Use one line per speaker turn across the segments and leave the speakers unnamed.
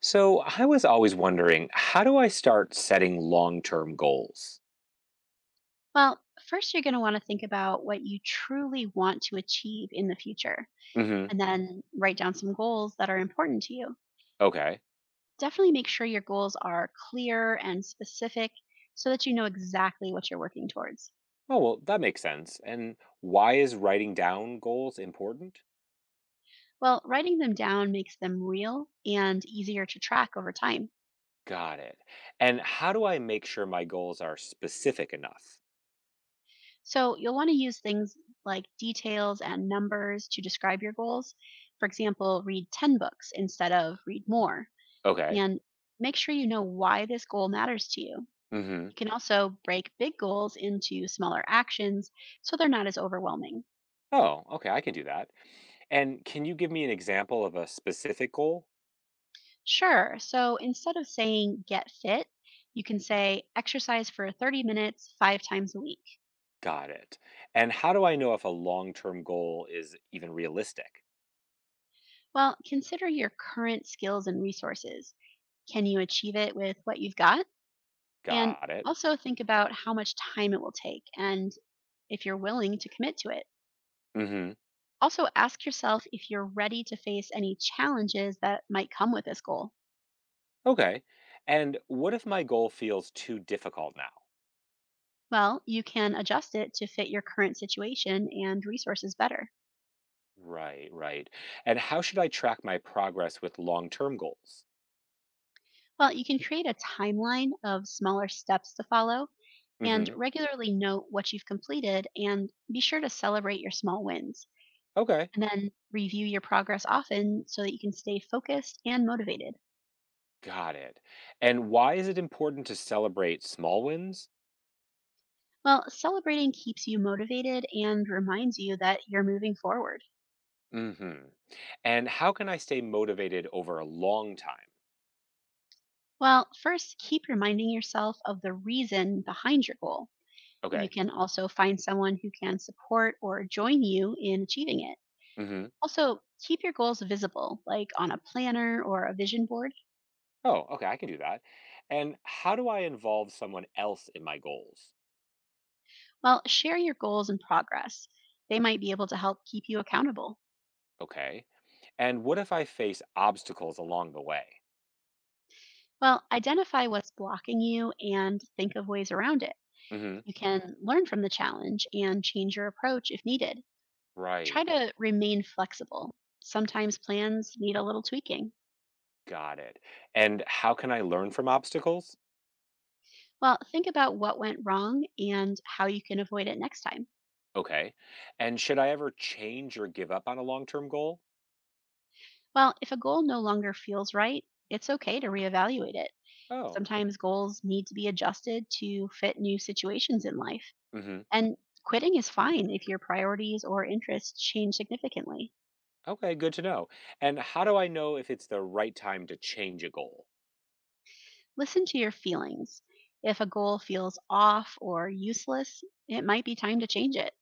So I was always wondering, how do I start setting long-term goals?
Well, first, you're going to want to think about what you truly want to achieve in the future
Hmm.
and then write down some goals that are important to you.
Okay.
Definitely make sure your goals are clear and specific so that you know exactly what you're working towards.
Oh, well, that makes sense. And why is writing down goals important?
Well, writing them down makes them real and easier to track over time.
Got it. And how do I make sure my goals are specific enough?
So you'll want to use things like details and numbers to describe your goals. For example, read 10 books instead of read more.
Okay.
And make sure you know why this goal matters to you.
Hmm.
You can also break big goals into smaller actions so they're not as overwhelming.
Oh, okay, I can do that. And can you give me an example of a specific goal?
Sure, so instead of saying get fit, you can say exercise for 30 minutes five times a week.
Got it. And how do I know if a long-term goal is even realistic?
Well, consider your current skills and resources. Can you achieve it with what you've got? And
Got it.
also think about how much time it will take and if you're willing to commit to it.
Hmm.
Also, ask yourself if you're ready to face any challenges that might come with this goal.
Okay. And what if my goal feels too difficult now?
Well, you can adjust it to fit your current situation and resources better.
Right, right. And how should I track my progress with long term goals?
Well, you can create a timeline of smaller steps to follow and
Hmm.
regularly note what you've completed and be sure to celebrate your small wins.
Okay.
And then review your progress often so that you can stay focused and motivated.
Got it. And why is it important to celebrate small wins?
Well, celebrating keeps you motivated and reminds you that you're moving forward.
Hmm. And how can I stay motivated over a long time?
Well, first, keep reminding yourself of the reason behind your goal. You
Okay.
can also find someone who can support or join you in achieving it.
Hmm.
Also, keep your goals visible, like on a planner or a vision board.
Oh, okay. I can do that. And how do I involve someone else in my goals?
Well, share your goals and progress. They might be able to help keep you accountable.
Okay. And what if I face obstacles along the way?
Well, identify what's blocking you and think of ways around it.
Hmm.
You can learn from the challenge and change your approach if needed. Try
Right.
to remain flexible. Sometimes plans need a little tweaking.
Got it. And how can I learn from obstacles?
Well, think about what went wrong and how you can avoid it next time.
Okay. And should I ever change or give up on a long term goal?
Well, if a goal no longer feels right, it's okay to reevaluate it.
Oh.
Sometimes goals need to be adjusted to fit new situations in life.
Hmm.
And quitting is fine if your priorities or interests change significantly.
Okay, good to know. And how do I know if it's the right time to change a goal?
Listen to your feelings. If a goal feels off or useless, it might be time to change it.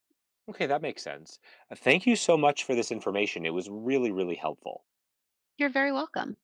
Okay, that makes sense. Thank you so much for this information. It was really, really helpful.
You're very welcome.